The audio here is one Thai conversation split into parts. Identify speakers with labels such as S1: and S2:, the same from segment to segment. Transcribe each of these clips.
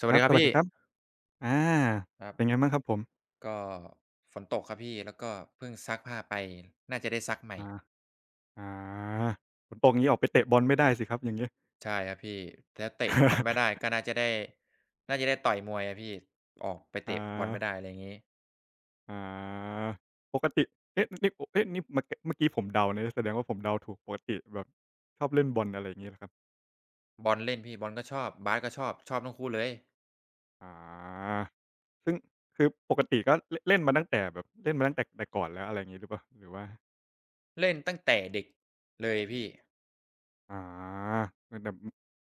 S1: ส
S2: ค
S1: วัส
S2: รั
S1: ดี
S2: บ
S1: ค
S2: ส
S1: รับ
S2: วัสดี
S1: พี่
S2: ครับอา
S1: ครั
S2: เป็นไง
S1: บ
S2: บ้างครับผม
S1: ก็ฝนตกครับพี่แล้วก็เพิ่งซักผ้าไปน่าจะได้ซักใหม่
S2: อาอาฝนตกงี้ออกไปเตะบอลไม่ได้สิครับอย่างงี้
S1: ใช่ครับพี่แล้วเตะบอลไม่ได้ ก็น่าจะได้น่าจะได้ต่อยมวยอะพี่ออกไปเตะบอล
S2: อา
S1: ไม่ได้อะไรอย่างงี้
S2: อาปกติเอ๊ะนี่เมื่อกี้ผมเดานะแสดงว่าผมเดาถูกปกติแบบชอบเล่นบอลอะไรอย่างงี้เหรอครับ
S1: บอลเล่นพี่บอลก็ชอบบาสก็ชอบชอบทั้งคู่เลย
S2: อาซึ่งคือปกติก็เล่นเล่นมาตั้งแต่แบบเล่นมาตั้งแต่ก่อนแล้วอะไรอย่างงี้หรือเปล่าหรือว่า
S1: เล่นตั้งแต่เด็กเลยพี่
S2: อาตั้งแต่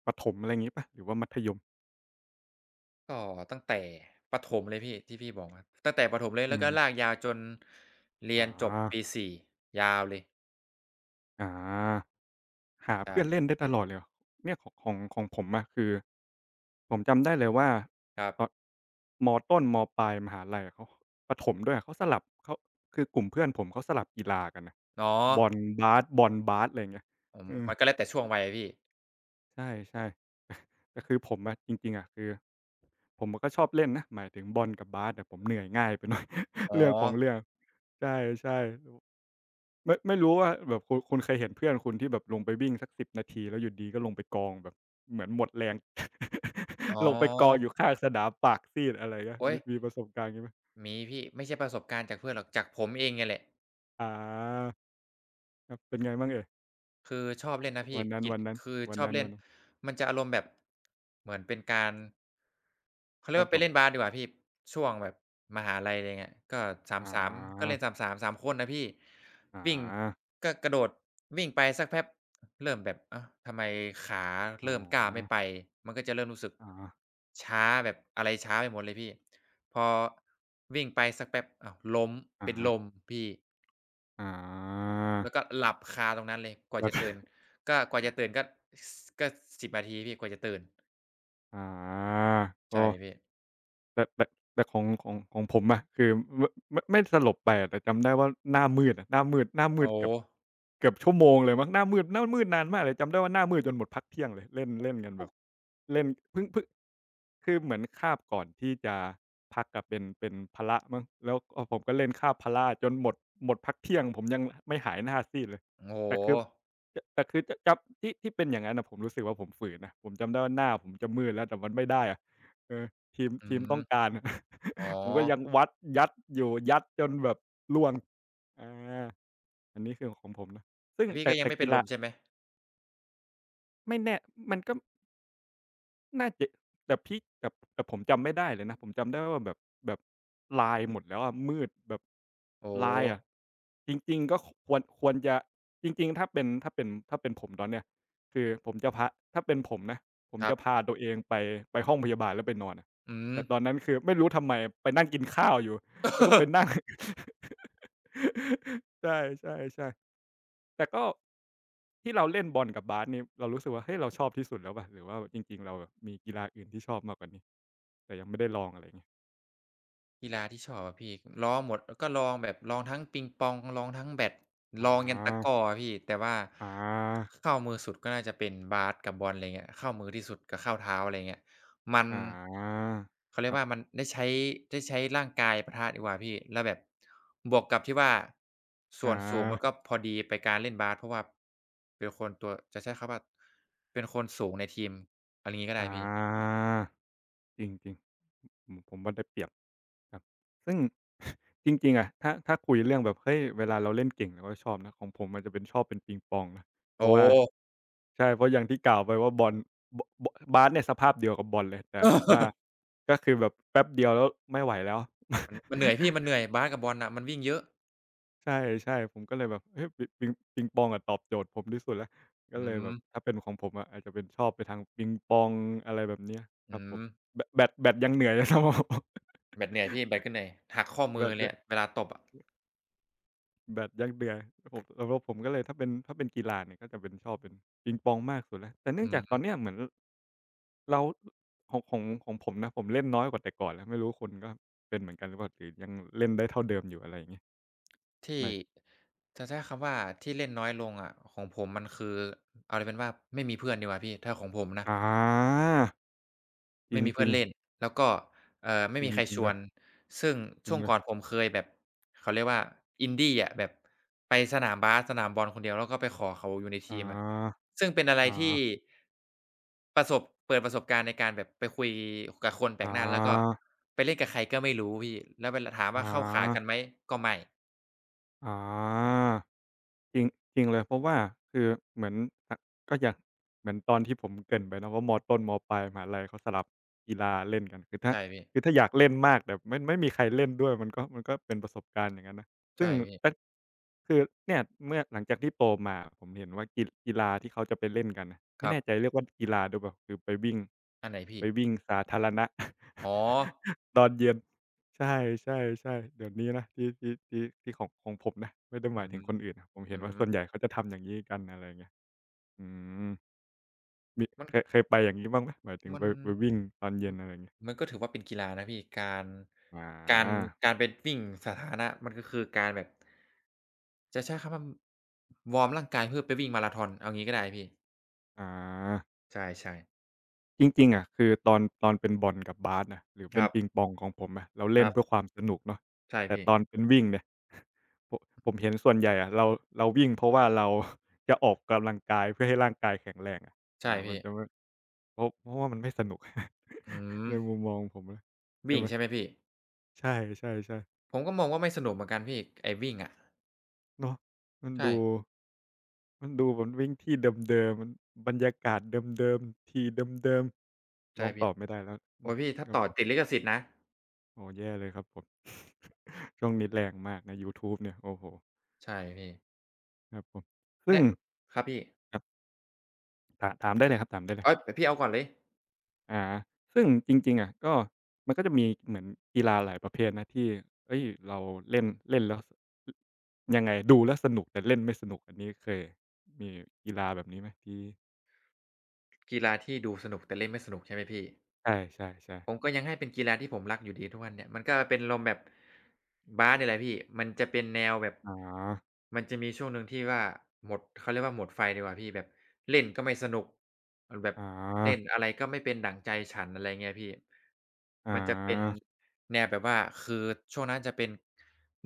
S2: ประถมอะไรงี้เปล่าหรือว่ามัธยม
S1: ก็ตั้งแต่ประถมเลยพี่ที่พี่บอกอะตั้งแต่ประถมเลย
S2: อื
S1: แล้วก็
S2: ม
S1: ลากยาวจนเรี
S2: อ
S1: ยนจบ
S2: า
S1: ปีสี่ยาวเลย
S2: อา หาเพื่อนเล่
S1: ใช่
S2: นได้ตลอดเลยเหรอเนี่ยของผมอะคือผมจำได้เลยว่า
S1: ครับ
S2: ตอนมต้นมปลายมหาลัยอะเขาประถมด้วยอะเขาสลับเขาคือกลุ่มเพื่อนผมเขาสลับกีฬากันนะ
S1: อ๋อ
S2: บอลบาสบอลบาสอะไรงเงี้ย
S1: อืม
S2: เออ
S1: มันก็แล้วแต่ช่วงวัยอะพี่
S2: ใช่ แต่คือผมอะจริงๆอะคือผมก็ชอบเล่นนะหมายถึงบอลกับบาสแต่ผมเหนื่อยง่ายไปหน่อย
S1: อ๋อ
S2: เรื่องของเรื่องใช่ ไม่รู้ว่าแบบคุณเคยเห็นเพื่อนคุณที่แบบลงไปวิ่งสัก10นาทีแล้วอยู่ดีๆก็ลงไปกองแบบเหมือนหมดแรง
S1: อ๋อ
S2: ลงไปกองอยู่ข้างสนามปากซีดอะไรเงี้ย
S1: โอ๊ย
S2: มีประสบการณ์งี้ไหม
S1: มีพี่ไม่ใช่ประสบการณ์จากเพื่อนหรอกจากผมเองเนี่ยแหละ
S2: อาครับเป็นไงบ้างเอ่ย
S1: คือชอบเล่นนะพี่
S2: วันนั้น
S1: กิจ
S2: วันนั้น
S1: คือ
S2: วั
S1: ช
S2: น
S1: อบ
S2: นั้น
S1: เล่
S2: วั
S1: น
S2: นนั้น
S1: มันจะอารมณ์แบบเหมือนเป็นการเขา
S2: ค
S1: เรียก
S2: รับ
S1: ว่า
S2: ผ
S1: ไป
S2: ม
S1: เล่นบาสดีกว่าพี่ช่วงแบบมหาลัยอะไรเงี้ยก็สาม
S2: อ๋
S1: สามก็
S2: อ
S1: เล่น3-3 3คนนะพี่
S2: อ๋อ
S1: วิ่งก็กระโดดวิ่งไปสักแป๊บเริ่มแบบอ้าวทำไมขา
S2: อ๋อ
S1: เริ่มก้าวไม่ไปมันก็จะเริ่มรู้สึก
S2: อ๋อ
S1: ช้าแบบอะไรช้าไปหมดเลยพี่พอวิ่งไปสักแป๊บอ้าวล้ม
S2: อ๋
S1: เป็นลม
S2: อ
S1: พี่
S2: อ๋อ
S1: แล้วก็หลับคาตรงนั้นเลยกว่า
S2: แล้ว
S1: จะ ตื่นก็กว่าจะตื่นสก็สิบนาทีพี่กว่าจะตื่น
S2: อ๋
S1: ใช่
S2: ก็
S1: พี่
S2: แต่แต่ของผมอะคือมไม่สลบไปอะแต่จำได้ว่าหน้ามืดอะหน้ามืด
S1: โอ้
S2: เกื
S1: โฮ
S2: อบเกือบชั่วโมงเลยมั้งหน้ามืดนานมากเลยจำได้ว่าหน้ามืดจนหมดพักเที่ยงเลยเล่นเล่นกันแบบเล่นเพิ่งคือเหมือนคาบก่อนที่จะพักอะเป็นพละมั้งแล้วผมก็เล่นคาบพละจนหมดหมดพักเที่ยงผมยังไม่หายหน้าซีดเลย
S1: โอ้โฮ
S2: แต่คือแต่คือจะจำที่เป็นอย่างงั้นน่ะผมรู้สึกว่าผมฝืนนะผมจำได้ว่าหน้าผมจะมืดแล้วแต่มันไม่ได้อะเออ ทีม
S1: อื
S2: ทีม
S1: ม
S2: ต้องการ
S1: อ๋อ
S2: ผมก็ยังยัดอยู่ยัดจนแบบร่วงอาอันนี้คือของผมนะซึ่ง
S1: แต่พี่
S2: แต่
S1: ก็ยัง
S2: แต่
S1: ไม่เป็
S2: กี
S1: นล
S2: ฬา
S1: มใช่ไหม
S2: ไม่แน่มันก็ น่าจะแต่พี่แต่แต่ผมจำไม่ได้เลยนะผมจำได้ว่าแบบแบบลายหมดแล้วอะมืดแบบ
S1: โอ้
S2: ลา
S1: โฮ
S2: ยอะจริงๆก็ควรจะจริงๆถ้าเป็นผมตอนเนี้ยคือผมจะพาถ้าเป็นผมนะผม
S1: ครั
S2: จะ
S1: บ
S2: พาตัวเองไปไปห้องพยาบาลแล้วไปนอนอะ
S1: อืม
S2: แต่ตอนนั้นคือไม่รู้ทำไมไปนั่งกินข้าวอยู่แล้วก็ไปนั่ง ใช่ๆๆ แต่ก็ที่เราเล่นบอลกับบาสนี่เรารู้สึกว่าเฮ้ยเราชอบที่สุดแล้วเปล่าหรือว่าจริงๆเราแบบมีกีฬาอื่นที่ชอบมากกว่านี้แต่ยังไม่ได้ลองอะไรอย่างเงี้ย
S1: กีฬาที่ชอบอะพี่ลองหมดก็ลองแบบลองทั้งปิงปองลองทั้งแบด
S2: อ
S1: ลองยันตะกร้
S2: า
S1: ออะพี่แต่ว่า
S2: อา
S1: เข้ามือสุดก็น่าจะเป็นบาสกับบอลไรเงี้ยเข้ามือที่สุดกับเข้าเท้าอะไรเงี้ยมัน
S2: อา
S1: เขาเรี
S2: ค
S1: ยก
S2: รั
S1: ว่ามั
S2: บ
S1: นได้ใช้ได้ใช้ร่างกายปะทะดีกว่าพี่แล้วแบบบวกกับที่ว่าส่
S2: อา
S1: วนสูงมันก็พอดีไปการเล่นบาสเพราะว่าเป็นคนตัวจะใช้คำว่าเป็นคนสูงในทีมอะไรงี้ก็ได้
S2: อา
S1: พี่
S2: จริงๆ ผมว่าได้เปรียบครับซึ่ง จริงๆอะถ้าคุยเรื่องแบบเฮ้ยเวลาเราเล่นเก่งเราก็ชอบนะของผมมันจะเป็นชอบเป็นปิงปองนะเพ
S1: โอ้
S2: ราะว่าใช่เพราะอย่างที่กล่าวไปว่าบอลบบบาสเนี่ยสภาพเดียวกับบอลเลยแต่ว่า ก็คือแบบแป๊บเดียวแล้วไม่ไหวแล้ว
S1: มันเหนื่อยพี่มั นเหนื่อยบาสกับบอลน่ะมันวิ่งเยอะ
S2: ใช่ผมก็เลยแบบเฮ้ยปิงปองอะตอบโจทย์ผมที่สุดแล้วก็
S1: อื
S2: เลยแบ
S1: ม
S2: บถ้าเป็นของผมอะอาจจะเป็นชอบไปทางปิงปองอะไรแบบเนี้ยครั
S1: อื
S2: บผม
S1: ม
S2: แบดยังเหนื่อยเลยครับผม
S1: แบตเหนื่อยพี่แบ ตก็เหนื่อยหักข้อ
S2: แบ
S1: มือ
S2: ต
S1: เลย
S2: ย
S1: อะเวลาตบอะ
S2: แบตยักษ์เดือยผมสำหรับผมก็เลยถ้าเป็นกีฬาเนี่ยก็จะเป็นชอบเป็นปิงปองมากสุดแล้วแต่เนื่
S1: อื
S2: องจากตอน
S1: ม
S2: เนี้ยเหมือนเราของผมนะผมเล่นน้อยกว่าแต่ก่อนแล้วไม่รู้คุณก็เป็นเหมือนกันหรือเปล่าหรือยังเล่นได้เท่าเดิมอยู่อะไรอย่างเงี้ย
S1: ที่
S2: แบต
S1: จะใช้คำว่าที่เล่นน้อยลงอะของผมมันคือเอาเลยเป็นว่าไม่มีเพื่อนดีกว่าพี่ถ้าของผมนะ
S2: อาจร
S1: ไม่มีเพื่
S2: ิ
S1: อ
S2: ง
S1: น
S2: ๆ
S1: เล่นแล้วก็ไม่
S2: จริ
S1: มี
S2: ง
S1: ใคร
S2: จริ
S1: ช
S2: งเล
S1: ว
S2: ย
S1: นซึ่ง
S2: จริ
S1: ช่
S2: ง
S1: วง
S2: เลย
S1: ก่อนผมเคยแบบเขาเรียกว่า Indie อะแบบไปสนามบาสสนามบอลคนเดียวแล้วก็ไปขอเขาอยู่ในที
S2: อา
S1: มอะซึ่งเป็นอะไรที่
S2: ๆๆ
S1: ประสบเปิดประสบการณ์ในการแบบไปคุยกับคนแปลกหน้าแล้วก็
S2: ๆ
S1: ไปเล่นกับใครก็ไม่รู้พี่แล้วเวลาถามว่าเข้าขากันไหม
S2: ๆ
S1: ก็ไม่
S2: จริงจริงเลยเพราะว่าคือเหมือนอะก็อย่างเหมือนตอนที่ผมเกริ่นไปเนาะว่ามต้นมปลายมหาลัยเขาสลับกีฬาเล่นกันคือถ้า
S1: ใช่พี่
S2: คือถ้าอยากเล่นมากแต่ไม่มีใครเล่นด้วยมันก็เป็นประสบการณ์อย่างนั้นนะซึ่
S1: ใช่
S2: ง
S1: พี่
S2: ตคือเนี่ยเมื่อหลังจากที่โตมาผมเห็นว่ากีฬาที่เขาจะไปเล่นกันน่ะ
S1: ค
S2: ไม่
S1: รับ
S2: แน่ใจเรียกว่ากีฬาด้วยเปล่าคือไปวิ่ง
S1: อันไหนพี่
S2: ไปวิ่งสาธารณะ
S1: อ๋อ
S2: ตอนเย็น ใช่ๆๆเดี๋ยวนี้นะที่ที่ที่ที่ของของผมนะไม่ได้ห
S1: อื
S2: มายถึง
S1: ม
S2: คนอื่นนะผมเห็น
S1: อื
S2: ว่า
S1: ม
S2: ส่วนใหญ่เขาจะทำอย่างงี้กันอะไรเงี้ยอืมมี
S1: มัน
S2: เคยไปอย่างงี้บ้างไหมหมายถึง
S1: มั
S2: ไป
S1: น
S2: ไปวิ่งตอนเย็นอะไรอย่างเงี้ย
S1: มันก็ถือว่าเป็นกีฬานะพี่การ
S2: อ
S1: การ
S2: า
S1: การไปวิ่งสาธารณะมันก็คือการแบบจะใช้คำว่าวอร์มร่างกายเพื่อไปวิ่งมาราธอนเอางี้ก็ได้พี่
S2: อา
S1: ใช่ๆ
S2: จริงๆอะคือตอนเป็นบอลกับบาสนะหรือ
S1: ค
S2: เป็น
S1: รับ
S2: ปิงปองของผมอะเรา
S1: ค
S2: เล่น
S1: รับ
S2: เพื่อความสนุกเนาะ
S1: ใช่
S2: แต่
S1: พี่
S2: ตอนเป็นวิ่งเนี่ย ผผมเห็นส่วนใหญ่อะเราวิ่งเพราะว่าเรา จะออกกำลังกายเพื่อให้ร่างกายแข็งแรงอะอา
S1: ใช่
S2: มัน
S1: พี่
S2: จะไม่ เพราะว่ามันไม่สนุก
S1: อื ม
S2: ในมุมมองผมนะใช่
S1: วิ่
S2: ไห
S1: ง
S2: ม
S1: ใช่ไหมพี่
S2: ใช่ใช่ใช่
S1: ผมก็มองว่าไม่สนุกเหมือนกันพี่ไอ้วิ่งอะ
S2: เนาะมัน
S1: ใช่
S2: ดูมันดูมันวิ่งที่เดิมๆมันบรรยากาศเดิมๆทีเดิมๆมล
S1: ใช่
S2: องต
S1: พี่
S2: อบไม่ได้แล้วอื
S1: โอ๊
S2: ม
S1: ยพี่ถ้า
S2: ครับ
S1: ต่อ
S2: ผม
S1: ติดลิขสิทธิ์นะ
S2: โอ้แย่เลยครับผม ช่วงนี้แรงมากในะยูทูบเนี่ยโอ้โห
S1: ใช่พี่
S2: ครับผมซึ่ง
S1: แนะครับพี่
S2: ครับถาถามได้เลยครับถามได้เลย
S1: เอ๊ยพี่เอาก่อนเลย
S2: อาซึ่งจริงๆอะก็มันก็จะมีเหมือนกีฬาหลายประเภทนะที่ เฮ้ยเราเล่นเล่นแล้วสอยังไงดูแล้วสนุกแต่เล่นไม่สนุกอันนี้เคยมีกีฬาแบบนี้ไหมที่
S1: กีฬาที่ดูสนุกแต่เล่นไม่สนุกใช่ไหมพี่
S2: ใช่
S1: ผ
S2: ๆ
S1: ม
S2: ๆ
S1: ก็ยังให้เป็นกีฬาที่ผมรักอยู่ดีทุกวันเนี่ยมันก็เป็นลรมณ์แบบบาสเนี่ยแหละพี่มันจะเป็นแนวแบบ
S2: อ๋อ
S1: มันจะมีช่วงหนึ่งที่ว่าหมดเขาเรียกว่าหมดไฟดีกว่าพี่แบบเล่นก็ไม่สนุกแบบ
S2: อ๋อ
S1: เล่นอะไรก็ไม่เป็นดั่งใจฉันอะไรเงี้ยพี่
S2: อ๋
S1: มันจะเป็น
S2: อ
S1: แนวแบบว่าคือช่วงนั้นจะเป็น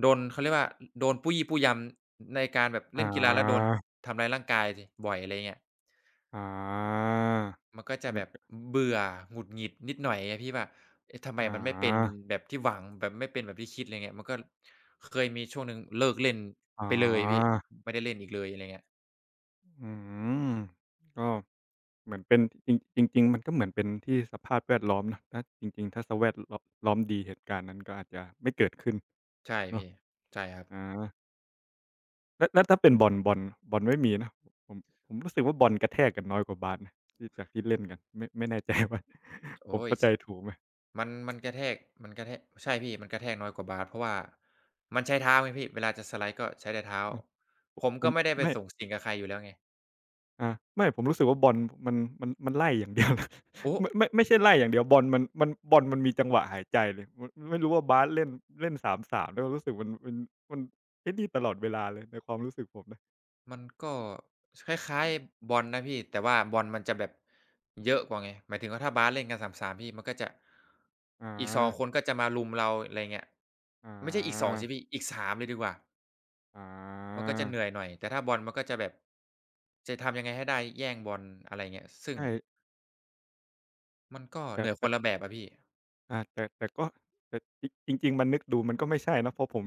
S1: โดนเขาเรียกว่าโดนปู้ยี่ปู้ยำในการแบบ
S2: อ๋
S1: เล่นกีฬาแล้วโดน
S2: อ
S1: ทำร้ายร่างกายสิบ่อยอะไรเงี้ย
S2: อ๋อ
S1: มันก็จะ
S2: มั
S1: แบ
S2: น
S1: บ
S2: ก็
S1: เบื่อหงุดหงิดนิดหน่อยไงพี่ว่าเอ๊ะทำไม
S2: อ๋
S1: มันไม่เป็น
S2: อ
S1: แบบที่หวังแบบไม่เป็นแบบที่คิดอะไรเงี้ยมันก็เคยมีช่วงหนึ่งเลิกเล่น
S2: อ๋อ
S1: ไปเลยพี่ไม่ได้เล่นอีกเลยอะไรเงี้ย
S2: อืมก็ เหมือนเป็นจริงจริงๆมันก็เหมือนเป็นที่สภาพแวดล้อมเนาะถ้าจริงๆถ้าสแวดลล้อมดีเหตุการณ์นั้นก็อาจจะไม่เกิดขึ้น
S1: ใช่
S2: เนาะ
S1: พี่ใช่ครับ
S2: อาแล้วแล้วถ้าเป็นบ่อนบ่อนไม่มีนะผมผมรู้สึกว่าบ่อนกระแทกกันน้อยกว่าบาสนะที่จากที่เล่นกันไม่ไม่แน่ใจว่า ผม
S1: โอ๊ย
S2: เข้า
S1: ช
S2: ใจถูกไหม
S1: มันมันกระแทกมันกระแทกใช่พี่มันกระแทกน้อยกว่าบาสเพราะว่ามันใช้เท้าไงพี่เวลาจะสไลด์ก็ใช้แต่เท้า
S2: อืมผ
S1: ผ
S2: ม
S1: ม
S2: ผ
S1: ก็
S2: ม
S1: ไม่ได้ไป
S2: ไม่
S1: สูงสิงกับใครอยู่แล้วไง
S2: อาไม่ผมรู้สึกว่าบอลมันมันไล่อย่างเดียว นะ
S1: โอ้
S2: ไม่ไม่ไม่ใช่ไล่อย่างเดียวบอลมันมันบอลมันมีจังหวะหายใจเลยมไม่รู้ว่าบาสเล่นเล่นสามสามแล้วรู้สึกมันมันไอ้นี่ตลอดเวลาเลยในความรู้สึกผมนะ
S1: มันก็คล้ายๆบอลนะพี่แต่ว่าบอลมันจะแบบเยอะกว่าไงหมายถึงว่าถ้าบาสเล่นกัน3-3พี่มันก็จะ
S2: อา
S1: อีกสองคนก็จะมารุมเราอะไรเงี้ย
S2: อ
S1: ไม่ใช่อีกสอง
S2: า
S1: สิพี่อีกสามเลยดีกว่า
S2: อา
S1: มันก็จะเหนื่อยหน่อยแต่ถ้าบอลมันก็จะแบบจะทำยังไงให้ได้แย่งบอลอะไรเงี้ยซึ่ง
S2: ใช่
S1: มันก็
S2: แต่
S1: เหนื่อยค
S2: แต่
S1: นละแบบอะพี่
S2: อาแต่แต่ก็แต่จริงจริงๆมานึกดูมันก็ไม่ใช่นะเพราะผม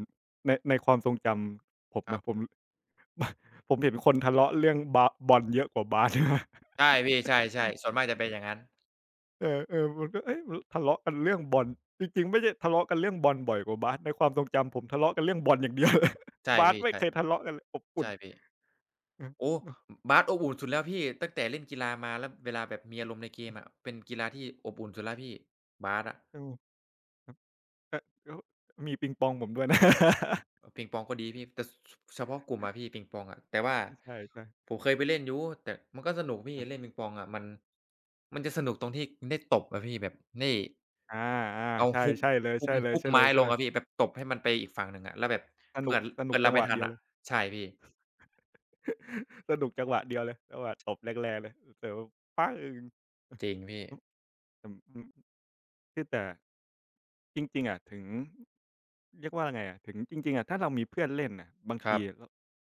S2: ในในความทรงจำผม
S1: ครั
S2: อะ
S1: บ
S2: ผม ผมเห็นคนทะเลาะเรื่องบาบอลเยอะกว่าบาส นะ
S1: ใช่พี่ใช่ๆส่วนมากจะเป็นอย่างงั้น
S2: เออเออมันก็เอ๊ะมันทะเลาะกันเรื่องบอลจริงๆไม่ใช่ทะเลาะกันเรื่องบอลบ่อยกว่าบาสในความทรงจำผมทะเลาะกันเรื่องบอลอย่างเดียวเลย
S1: ใช่
S2: บาส
S1: พี่
S2: ไม่เคย
S1: ใช่
S2: ทะเลาะกันเลยอบอุ่น
S1: ใช่พี่
S2: อือ
S1: โอ้
S2: เนาะ
S1: บาสอบอุ่นสุดแล้วพี่ตั้งแต่เล่นกีฬามาแล้วเวลาแบบมีอารมณ์ในเก
S2: อื
S1: มอะ
S2: อ
S1: เป็นกีฬาที่อบอุ่นสุดแล้วพี่บาสอะ
S2: เออครับแต่แล้วมีปิงปองผมด้วยนะ
S1: ปิงปองก็ดีพี่แต่สเฉพาะกลุ่มอะพี่ปิงปองอะแต่ว่า
S2: ใช่ๆ
S1: ผมเคยไปเล่นอยู่แต่มันก็สนุกพี่
S2: ครั
S1: เล่น
S2: บ
S1: ปิงปองอะมันมันจะสนุกตรงที่ได้ตบอะพี่แบบได้
S2: อา
S1: เอา
S2: ๆใช่
S1: ฮุบ
S2: ใช่เลย
S1: ฮุบไม้ล
S2: ๆ
S1: ง
S2: ๆ
S1: อะพี่แบ
S2: ๆ
S1: บตบให้มันไปอีกฝั่งหนึ่งอะแล้วแบบ
S2: สนุ
S1: เพื่
S2: ก
S1: อน
S2: สนุ
S1: เพื่
S2: ก
S1: อน
S2: จั
S1: รับ
S2: งห
S1: ไม่
S2: วะ
S1: ทัน
S2: เดียว
S1: อะ
S2: เลย
S1: ใช่พี่
S2: สนุกจังหวะเดียวเลยจังหวะตบแรงๆเลยเผลอป๊ากอึ้งเออ
S1: จริงพี่
S2: อืมอืมที่แต่ จริงๆอะถึงเรียกว่าไงอะถึงจริงๆอะถ้าเรามีเพื่อนเล่นน่ะบาง
S1: ค
S2: ที
S1: รับ
S2: เรา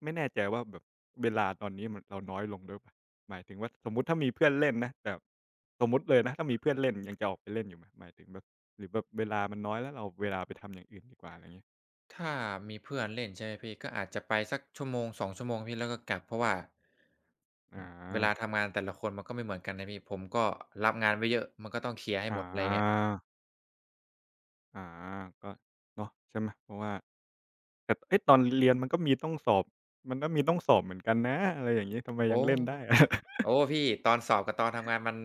S2: ไม่แน่ใจว่าแบบเวลาตอนนี้มันเราน้อยลงด้วยเปล่าหมายถึงว่าสมมุติถ้ามีเพื่อนเล่นนะแต่สมมุติเลยนะถ้ามีเพื่อนเล่นยังจะออกไปเล่นอยู่ไหมหมายถึงแบบหรือแบบเวลามันน้อยแล้วเราเอาเวลาไปทำอย่างอื่นดีกว่าอะไรเงี้ย
S1: ถ้ามีเพื่อนเล่นใช่ไหมพี่ก็อาจจะไปสักชั่วโมงสองชั่วโมงพี่แล้วก็กลับเพราะว่า
S2: อ
S1: อืมเวลา
S2: า
S1: ทำงานแต่ละคนมันก็ไม่เหมือนกันนะพี่ผมก็รับงานไว้เยอะมันก็ต้องเคลียร์ให้
S2: อ
S1: หมดอะไรเงี้ย
S2: าอาก็เนาะใช่ไหมเพราะว่าแต่เอ๊ะตอนเรียนมันก็มีต้องสอบมันก็มีต้องสอบเหมือนกันนะอะไรอย่างงี้ทำไมยั
S1: โอ้
S2: งเล่นได้อะ
S1: โอ้พี่ตอนสอบกับตอนทำงานมัน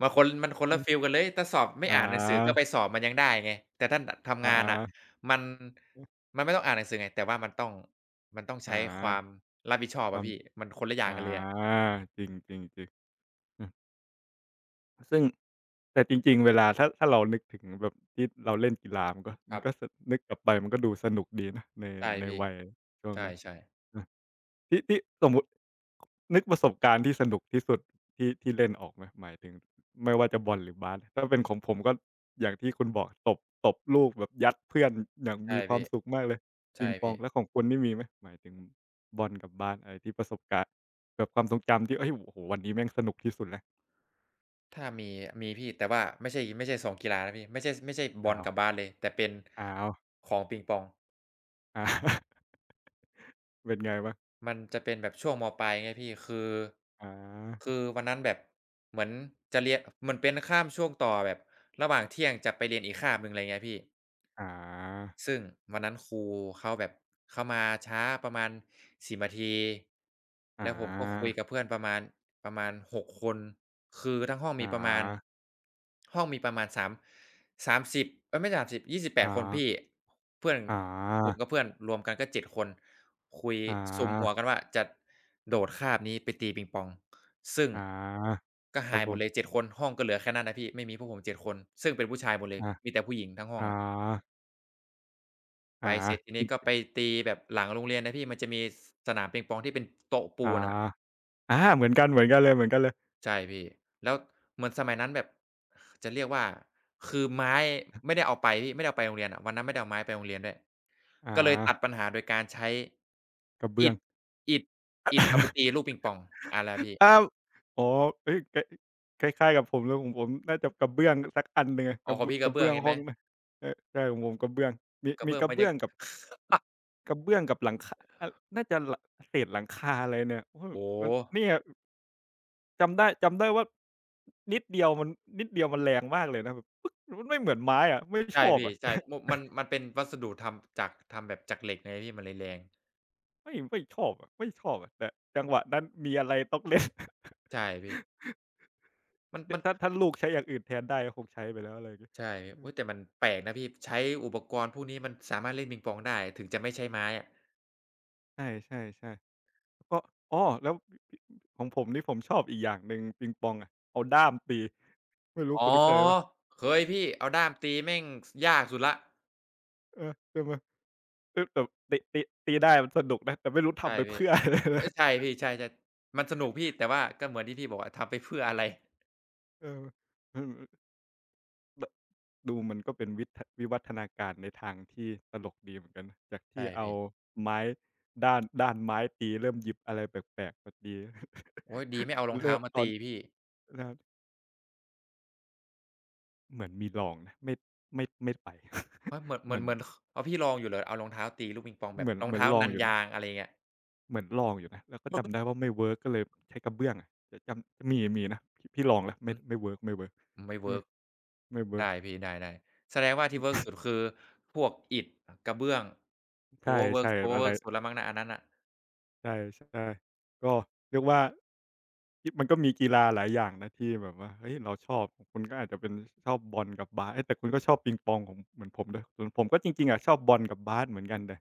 S1: มันคน
S2: อื
S1: ละ
S2: ม
S1: ฟีลกันเลยถ้าสอบ ไม่
S2: อา
S1: อ่านหนังสือก็ไปสอบมันยังได้ไงแต่ถ้าดทำ
S2: อา
S1: งานอ่ะ
S2: ๆ
S1: มันไม่ต้องอ่านหนังสือไงแต่ว่ามันต้อง
S2: อา
S1: ใช้ความรับผิดชอบ
S2: ควา
S1: อะ
S2: ม
S1: พี่มันคนละอ
S2: อ
S1: ย่างกันเลยอะ
S2: าจริงๆๆ อือซึ่งแต่จริงๆเวลาถ้าเรานึกถึงแบบที่เราเล่นกีฬามันก็
S1: ค
S2: มั
S1: รั
S2: น
S1: บ
S2: ก็สนึกกลับไปมันก็ดูสนุกดีนะใน
S1: ใช่
S2: ใน
S1: พี่
S2: วัยช่วงนั้น
S1: ใช่ๆ
S2: ที่สมมุตินึกประสบการณ์ที่สนุกที่สุดที่เล่นออกไหมหมายถึงไม่ว่าจะบอลหรือบาสถ้าเป็นของผมก็อย่างที่คุณบอกตบตบลูกแบบยัดเพื่อนอย่างมี
S1: ใช่
S2: ความ
S1: พี่
S2: สุขมากเลยปิ
S1: ใช่
S2: งปอง
S1: พี่
S2: แล้วของคุณนี่มีไหมหมายถึงบอลกับบาสอะไรที่ประสบการณ์แบบความทรงจำที่เฮ้ยโอ้โฮวันนี้แม่งสนุกที่สุดแล้ว
S1: ถ้ามีมีพี่แต่ว่าไม่ใช่สองกีฬานะพี่ไม่ใช่บอ
S2: อ้า
S1: ล
S2: ว
S1: กับบาสเลยแต่เป็น
S2: อ้าว
S1: ของปิงปอง
S2: อาเป็นไงบ้าง
S1: มันจะเป็นแบบช่วงมปลายไงพี่คือ
S2: อา
S1: คือวันนั้นแบบเหมือนจะเรียนมันเป็นข้ามช่วงต่อแบบระหว่างเที่ยงจะไปเรียนอีกคาบหนึ่งอะไรเงี้ยพี่
S2: อา
S1: ซึ่งวันนั้นครูเขาแบบเขามาช้าประมาณ10นาที
S2: อ
S1: แล้วผมก็คุย
S2: า
S1: กับเพื่อนประมาณ6คนคือทั้งห้อง
S2: อ
S1: มีประมาณ
S2: า
S1: ห้องมีประมาณ3 30เอ๊ยไม่สามสิบยี่สิบแ28คน
S2: อา
S1: พี่เพื่อน
S2: อ
S1: ผมกั
S2: า
S1: บเพื่อนรวมกันก็7คนคุย
S2: อา
S1: สุมหัวกันว่าจะโดดคาบนี้ไปตีปิงปองซึ่ง
S2: อา
S1: ก็
S2: ครั
S1: หา
S2: บ
S1: ย
S2: ผ
S1: หมดเลย
S2: ม
S1: 7คนห้องก็เหลือแค่นั้นนะพี่ไม่มีพวกผมเจ็ดคนซึ่งเป็นผู้ชายหมดเลย
S2: อา
S1: มีแต่ผู้หญิงทั้งห้อ
S2: อ๋
S1: ง
S2: อ
S1: อะ
S2: อา
S1: ไปเสร็จที
S2: จ
S1: นี้ก็
S2: ริง
S1: ไป
S2: ๆ
S1: ตีแบบหลังโรงเรียนนะพี่มันจะมีสสนามเปงปองที่เป็นโต๊ะปู
S2: อ๋อ
S1: นอะ
S2: อาเหมือนกันเหมือนกันเลยเหมือนกันเลย
S1: ใช่พี่แล้วเหมือนสมัยนั้นแบบจะเรียกว่าคือไม้ไม่ได้เอาไปพี่ไม่ได้เอาไปโรงเรียนอะวันนั้นไม่ได้เอาไม้ไปโรงเรียนด้วย
S2: อา
S1: ก็เลยตัดปัญหาโดยการใช้
S2: กระเบื้
S1: อิ
S2: อง
S1: ฐอิฐอิฐเอาไปตี ลูกปิงปองอาแล้วพี่
S2: อ้าวอ๋อเฮ้ยใกล้คล้ายๆกับผมเลยของผมน่าจะกระเบื้องสักอันหนึ่งอะก
S1: อ๋อ
S2: ระ
S1: ข
S2: บ
S1: องพี่
S2: ก
S1: กระ
S2: ระ
S1: เบื้
S2: เบื้
S1: อ
S2: อ
S1: ง
S2: ง
S1: ใช่
S2: ห้
S1: ไหม
S2: องนะใช่ใช่ของผมกระเบื้องมี
S1: กระ
S2: มี
S1: เบื้อ
S2: ก
S1: ง
S2: ระ
S1: มัน
S2: เบื้
S1: จะ
S2: องกับ กระเบื้องกับหลังคาอะน่าจะหลังเศษหลังคาอะไรเนี่ยโอ้โฮ
S1: โอ้
S2: มัน
S1: โฮ
S2: เนี่ยจำได้ว่านิดเดียวมันนิดเดียวมันแรงมากเลยนะแบบปึ๊กมันไม่เหมือนไม้อะไม่ช
S1: ใช่
S2: อบ
S1: พี่
S2: อะ
S1: ใช่มุมันเป็นวัสดุทำจากทำแบบจากเหล็กไงพี่มันเลยแรง
S2: ไม่ไม่ชอบอะไม่ชอบอะแต่จังหวะนั้นมีอะไรต้องเล่น
S1: ใช่พี่
S2: แต่
S1: มัน
S2: ถ้าลูกใช้อย่างอื่นแทนได้ก็คงใช้ไปแล้วอะไรอย่างงี้
S1: ใช่
S2: อือ
S1: อุ๊ยแต่มันแปลกนะพี่ ใช้อุปกรณ์พวกนี้มันสามารถเล่นปิงปองได้ถึงจะไม่ใช้ไม้อะ
S2: ใช่ๆๆแล้วก็อ้อแล้วของผมนี่ผมชอบอีกอย่างหนึ่งปิงปองอะเอาด้ามตีไม่รู้คุ
S1: อ๋
S2: ณ
S1: อ
S2: เคยเปล่า
S1: เคยพี่เอาด้ามตีแม่งสยากสุดแล้ว
S2: เออใช่ไหมเอ๊ยแต่ตีตีได้มันสนุกนะแต่ไม่รู้
S1: ใช่
S2: ทำไป
S1: พี่
S2: เพื่ออะไรนะ
S1: เอ๊ยใช่พี่ใช่ๆมันสนุกพี่แต่ว่าก็เหมือนที่พี่บอกอะทำไปเพื่ออะไร
S2: เอออืม ดูมันก็เป็นวิทะวิวัฒนาการในทางที่ตลกดีเหมือนกันนะจากที่
S1: ใช่
S2: เอา
S1: พี่
S2: ไม้ด้านไม้ตีเริ่มหยิบอะไรแปลกๆมาตี
S1: โอ๊ยดีไม่เอารองเท้า
S2: เริ่ม
S1: มา
S2: ตอน
S1: ตีพี่
S2: นะครับเหมือนมีลองนะไม่ไม่ไม่ไป
S1: เฮ้ยเหมือนเห
S2: เห
S1: มื
S2: มื
S1: อน
S2: อน
S1: เหมือนคอ้าวพี่ลองอยู่เหรอเอารองเท้าตีลูกปิงปองแบ
S2: เห
S1: บ
S2: มือน
S1: รอ
S2: เห
S1: ง
S2: มือน
S1: เท้า
S2: ลอง
S1: นัน
S2: อยู่นะ
S1: ยางอะไรเงี้ย
S2: เหมือนลองอยู่นะแล้วก็ จำได้ว่าไม่เวิร์กก็เลยใช้กระเบื้องอะจะจำมีมีนะพี่ลองแล้ว
S1: อื
S2: ไม่
S1: อ
S2: ไม่เวิร์กไม่เวิร์ก
S1: ไม่
S2: เอ
S1: เวิ
S2: อ
S1: ร์ก
S2: ไม่เวิร์ก
S1: ได้พี่ได้ๆแสดงว่าที่เวิร์กสุดคือพวกอิฐกระเบื้องเพราะว่าเวิร์
S2: ใช่
S1: กเพราะ
S2: ๆ
S1: ว่า
S2: อะไร
S1: เวิร์กสุดแล้วมั้งนะอันนั้นน่ะ
S2: ใช่ๆก็เรียกว่า มันก็มีกีฬาหลายอย่างนะที่แบบว่าเฮ้ยเราชอบของคุณก็อาจจะเป็นชอบบอลกับบาสเอ๊ยแต่คุณก็ชอบปิงปองของเหมือนผมด้วยส่วนผมก็จริงๆอะชอบบอลกับบาสเหมือนกันแต่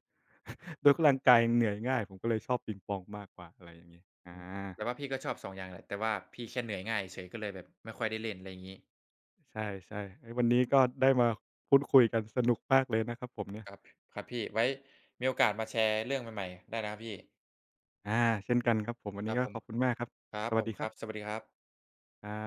S2: ด้วยร่างกายเหนื่อยง่ายผมก็เลยชอบปิงปองมากกว่าอะไรอย่างงี้อา
S1: อืมแต่ว่าพี่ก็ชอบ2องอย่างแหละแต่ว่าพี่แค่เหนื่อยง่ายเฉยก็เลยแบบไม่ค่อยได้เล่นอะไรงี้
S2: ใช่ๆเฮ้ยวันนี้ก็ได้มาพูดคุยกันสนุกมากเลยนะครับผมเนี่ย
S1: ครับครับพี่ไว้มีโอกาสมาแชร์เรื่องใหม่ๆได้นะครับพี่
S2: อาเช่นกันครับผมวัน
S1: ค
S2: นี้
S1: รับ
S2: ก็
S1: ผม
S2: ขอบคุณมากครับ
S1: ครั
S2: ส
S1: บผ
S2: วัส
S1: ม
S2: ดีค
S1: ค
S2: รั
S1: รับส
S2: บ
S1: วัสดีครับ
S2: ครับ